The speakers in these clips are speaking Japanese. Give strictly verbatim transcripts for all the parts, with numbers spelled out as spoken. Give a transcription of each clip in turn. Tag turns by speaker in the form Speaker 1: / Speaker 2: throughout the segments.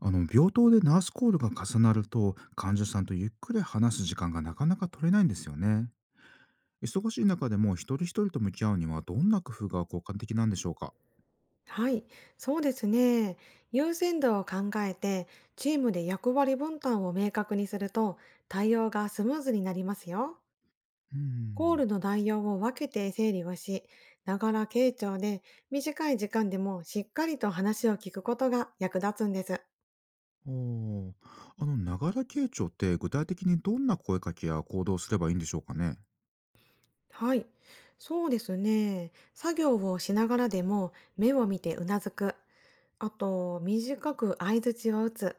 Speaker 1: あの病棟でナースコールが重なると患者さんとゆっくり話す時間がなかなか取れないんですよね。忙しい中でも一人一人と向き合うにはどんな工夫が効果的なんでしょうか？
Speaker 2: はい、そうですね。優先度を考えて、チームで役割分担を明確にすると、対応がスムーズになりますよ。
Speaker 1: うー
Speaker 2: ゴー
Speaker 1: ん。
Speaker 2: ルの内容を分けて整理をし、ながら傾聴で短い時間でもしっかりと話を聞くことが役立つんです。
Speaker 1: おー。あの、ながら傾聴って具体的にどんな声かけや行動をすればいいんでしょうかね？
Speaker 2: はい、そうですね。作業をしながらでも目を見てうなずく。あと、短く相槌を打つ。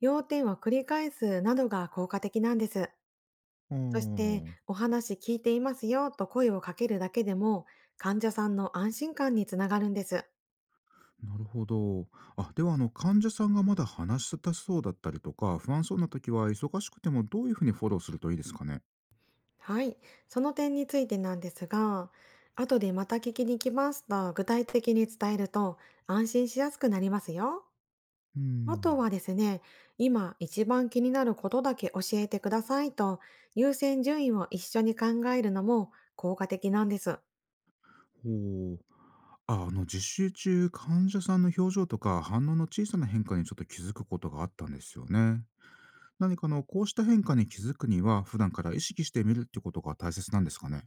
Speaker 2: 要点を繰り返すなどが効果的なんです。
Speaker 1: あ
Speaker 2: そして、
Speaker 1: ー。
Speaker 2: お話聞いていますよと声をかけるだけでも、患者さんの安心感につながるんです。
Speaker 1: なるほど。あ、ではあの、患者さんがまだ話したそうだったりとか、不安そうな時は忙しくてもどういうふうにフォローするといいですかね？
Speaker 2: はい。その点についてなんですが、後でまた聞きに来ますと具体的に伝えると安心しやすくなりますよ。
Speaker 1: うー
Speaker 2: あと
Speaker 1: ん。
Speaker 2: はですね、今一番気になることだけ教えてくださいと優先順位を一緒に考えるのも効果的なんです。
Speaker 1: ほう。あ、あの実習中、患者さんの表情とか反応の小さな変化にちょっと気づくことがあったんですよね。何かあのこうした変化に気づくには、普段から意識してみるってことが大切なんですかね。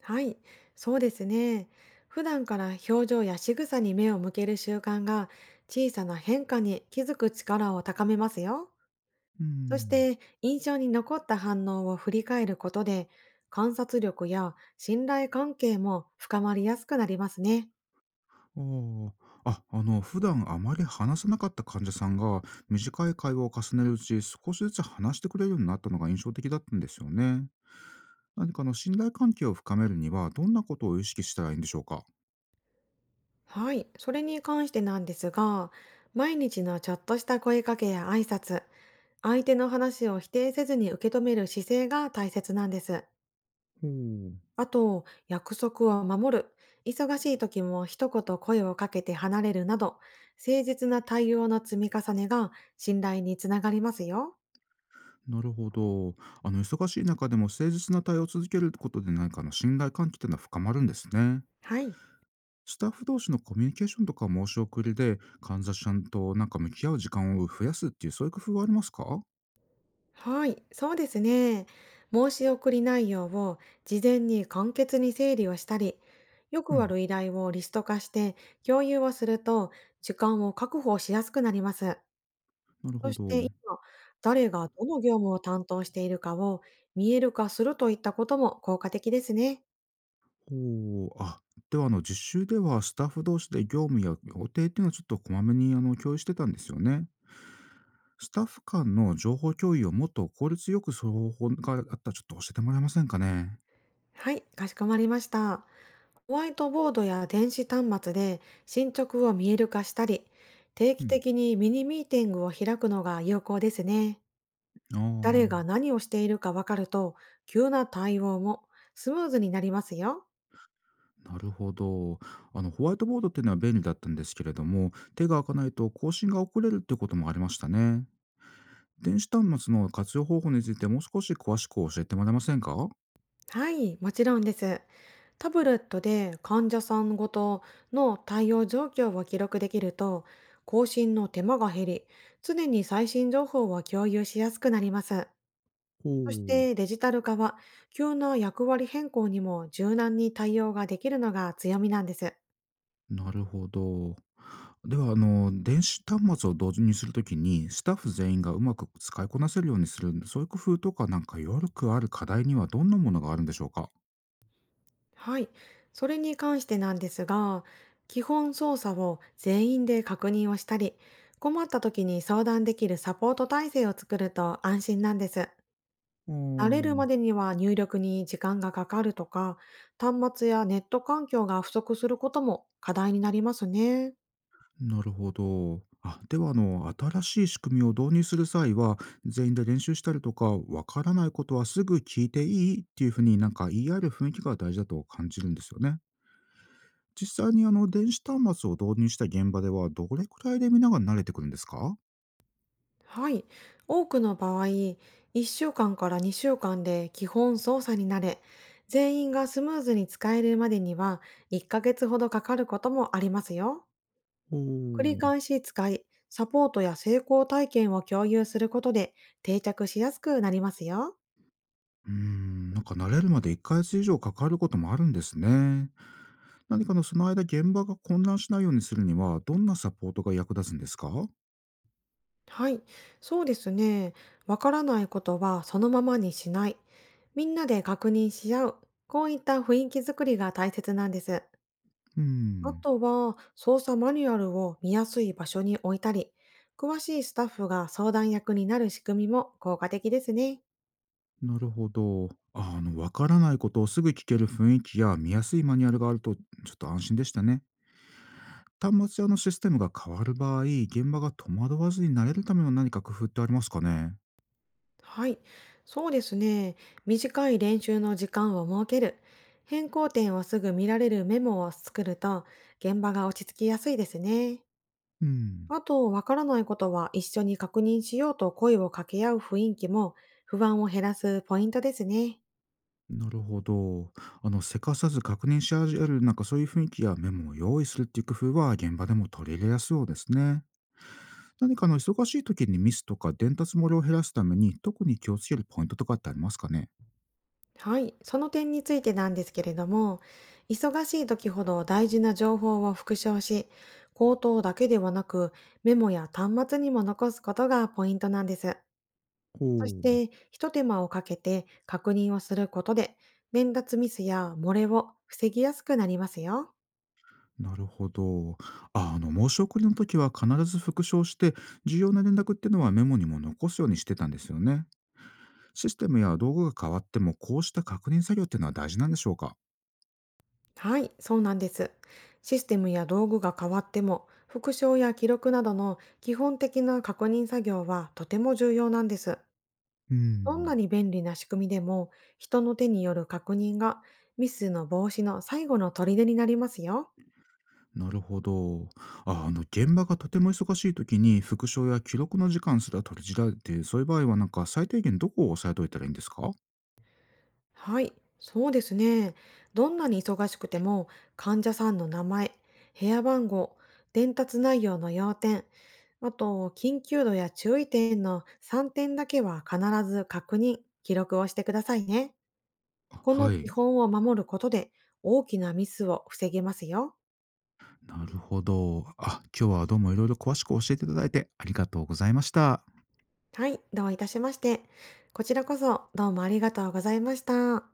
Speaker 2: はい、そうですね。普段から表情や仕草に目を向ける習慣が小さな変化に気づく力を高めますよ。
Speaker 1: う
Speaker 2: そし
Speaker 1: ん。
Speaker 2: て印象に残った反応を振り返ることで観察力や信頼関係も深まりやすくなりますね。
Speaker 1: ああ。あ、あの普段あまり話さなかった患者さんが、短い会話を重ねるうち、少しずつ話してくれるようになったのが印象的だったんですよね。何かあの信頼関係を深めるには、どんなことを意識したらいいんでしょうか。
Speaker 2: はい、それに関してなんですが、毎日のちょっとした声かけや挨拶、相手の話を否定せずに受け止める姿勢が大切なんです。
Speaker 1: ほう。
Speaker 2: あと、約束を守る、忙しい時も一言声をかけて離れるなど、誠実な対応の積み重ねが信頼につながりますよ。
Speaker 1: なるほど。あの、忙しい中でも誠実な対応を続けることで、何かあの信頼関係っていうのは深まるんですね。
Speaker 2: はい。
Speaker 1: スタッフ同士のコミュニケーションとか申し送りで、患者さんとなんか向き合う時間を増やすっていう、そういう工夫はありますか？
Speaker 2: はい、そうですね。申し送り内容を事前に簡潔に整理をしたり、よ
Speaker 1: う
Speaker 2: くあ
Speaker 1: ん。
Speaker 2: る依頼をリスト化して共有をすると、時間を確保しやすくなります。
Speaker 1: なるほ
Speaker 2: そし
Speaker 1: ど。
Speaker 2: て今、誰がどの業務を担当しているかを見える化するといったことも効果的ですね。
Speaker 1: ほう。あ、ではあの、実習ではスタッフ同士で業務や予定っていうのはちょっとこまめにあの共有してたんですよね。スタッフ間の情報共有をもっと効率よくする方法があったらちょっと教えてもらえませんかね。
Speaker 2: はい、かしこまりました。ホワイトボードや電子端末で進捗を見える化したり、定
Speaker 1: う
Speaker 2: 期
Speaker 1: ん。
Speaker 2: 的にミニミーティングを開くのが有効ですね。
Speaker 1: ああ。
Speaker 2: 誰が何をしているかわかると、急な対応もスムーズになりますよ。
Speaker 1: なるほど。あの、ホワイトボードっていうのは便利だったんですけれども、手が開かないと更新が遅れるっていうこともありましたね。電子端末の活用方法についてもう少し詳しく教えてもらえませんか？ほ
Speaker 2: はい、もちろんです。タブレットで患者さんごとの対応状況を記録できると、更新の手間が減り、常に最新情報を共有しやすくなります。そし
Speaker 1: う。
Speaker 2: てデジタル化は、急な役割変更にも柔軟に対応ができるのが強みなんです。
Speaker 1: なるほど。では、あの、電子端末を同時にするときに、スタッフ全員がうまく使いこなせるようにする、そういう工夫とか、なんかよくある課題にはどんなものがあるんでしょうか？
Speaker 2: はい。それに関してなんですが、基本操作を全員で確認をしたり、困った時に相談できるサポート体制を作ると安心なんです。
Speaker 1: お
Speaker 2: 慣れる
Speaker 1: ー。
Speaker 2: までには入力に時間がかかるとか、端末やネット環境が不足することも課題になりますね。
Speaker 1: なるほど。あ、ではあの、新しい仕組みを導入する際は、全員で練習したりとか、わからないことはすぐ聞いていいっていうふうになんか言い合える雰囲気が大事だと感じるんですよね。実際にあの、電子端末を導入した現場では、どれくらいでみんなが慣れてくるんですか？
Speaker 2: はい。多くの場合、いっしゅうかんかんからにしゅうかんで基本操作になれ、全員がスムーズに使えるまでにはいっかげつほどかかることもありますよ。
Speaker 1: お
Speaker 2: 繰り
Speaker 1: ー。
Speaker 2: 返し使い、サポートや成功体験を共有することで定着しやすくなりますよ。
Speaker 1: うーん、なんか慣れるまでいっかげつ以上かかることもあるんですね。何かのその間現場が混乱しないようにするには、どんなサポートが役立つんですか？
Speaker 2: はい。そうですね。わからないことはそのままにしない。みんなで確認し合う。こういった雰囲気づくりが大切なんです。
Speaker 1: うー
Speaker 2: あ
Speaker 1: ん。
Speaker 2: とは、操作マニュアルを見やすい場所に置いたり、詳しいスタッフが相談役になる仕組みも効果的ですね。
Speaker 1: なるほど。ああの、わからないことをすぐ聞ける雰囲気や見やすいマニュアルがあると、ちょっと安心でしたね。端末やのシステムが変わる場合、現場が戸惑わずに慣れるための何か工夫ってありますかね？
Speaker 2: はい。そうですね。短い練習の時間を設ける。変更点をすぐ見られるメモを作ると、現場が落ち着きやすいですね。
Speaker 1: うん。
Speaker 2: あと、わからないことは一緒に確認しようと声を掛け合う雰囲気も、不安を減らすポイントですね。
Speaker 1: なるほど。あの、せかさず確認し合える、なんかそういう雰囲気やメモを用意するっていう工夫は、現場でも取り入れやすそうですね。何かあの、忙しい時にミスとか伝達漏れを減らすために、特に気をつけるポイントとかってありますかね？
Speaker 2: はい、その点についてなんですけれども、忙しい時ほど大事な情報を復唱し、口頭だけではなくメモや端末にも残すことがポイントなんです。そし
Speaker 1: ほう。
Speaker 2: て、ひと手間をかけて確認をすることで、伝達ミスや漏れを防ぎやすくなりますよ。
Speaker 1: なるほど。あ、あの、申し送りの時は必ず復唱して、重要な連絡っていうのはメモにも残すようにしてたんですよね。システムや道具が変わっても、こうした確認作業っていうのは大事なんでしょうか？
Speaker 2: はい、そうなんです。システムや道具が変わっても、復唱や記録などの基本的な確認作業はとても重要なんです。
Speaker 1: う
Speaker 2: どん
Speaker 1: ん。
Speaker 2: なに便利な仕組みでも、人の手による確認がミスの防止の最後の砦になりますよ。
Speaker 1: なるほど。あ、あの、現場がとても忙しい時に、復唱や記録の時間すら取り散られて、そういう場合はなんか最低限どこを押さえといたらいいんですか？
Speaker 2: はい、そうですね。どんなに忙しくても、患者さんの名前、部屋番号、伝達内容の要点、あと、緊急度や注意点のさんてんだけは必ず確認、記録をしてくださいね。
Speaker 1: あ、
Speaker 2: この
Speaker 1: は
Speaker 2: 基
Speaker 1: い。
Speaker 2: 本を守ることで、大きなミスを防げますよ。
Speaker 1: なるほど。あ、今日はどうもいろいろ詳しく教えていただいてありがとうございました。
Speaker 2: はい、どういたしまして。こちらこそどうもありがとうございました。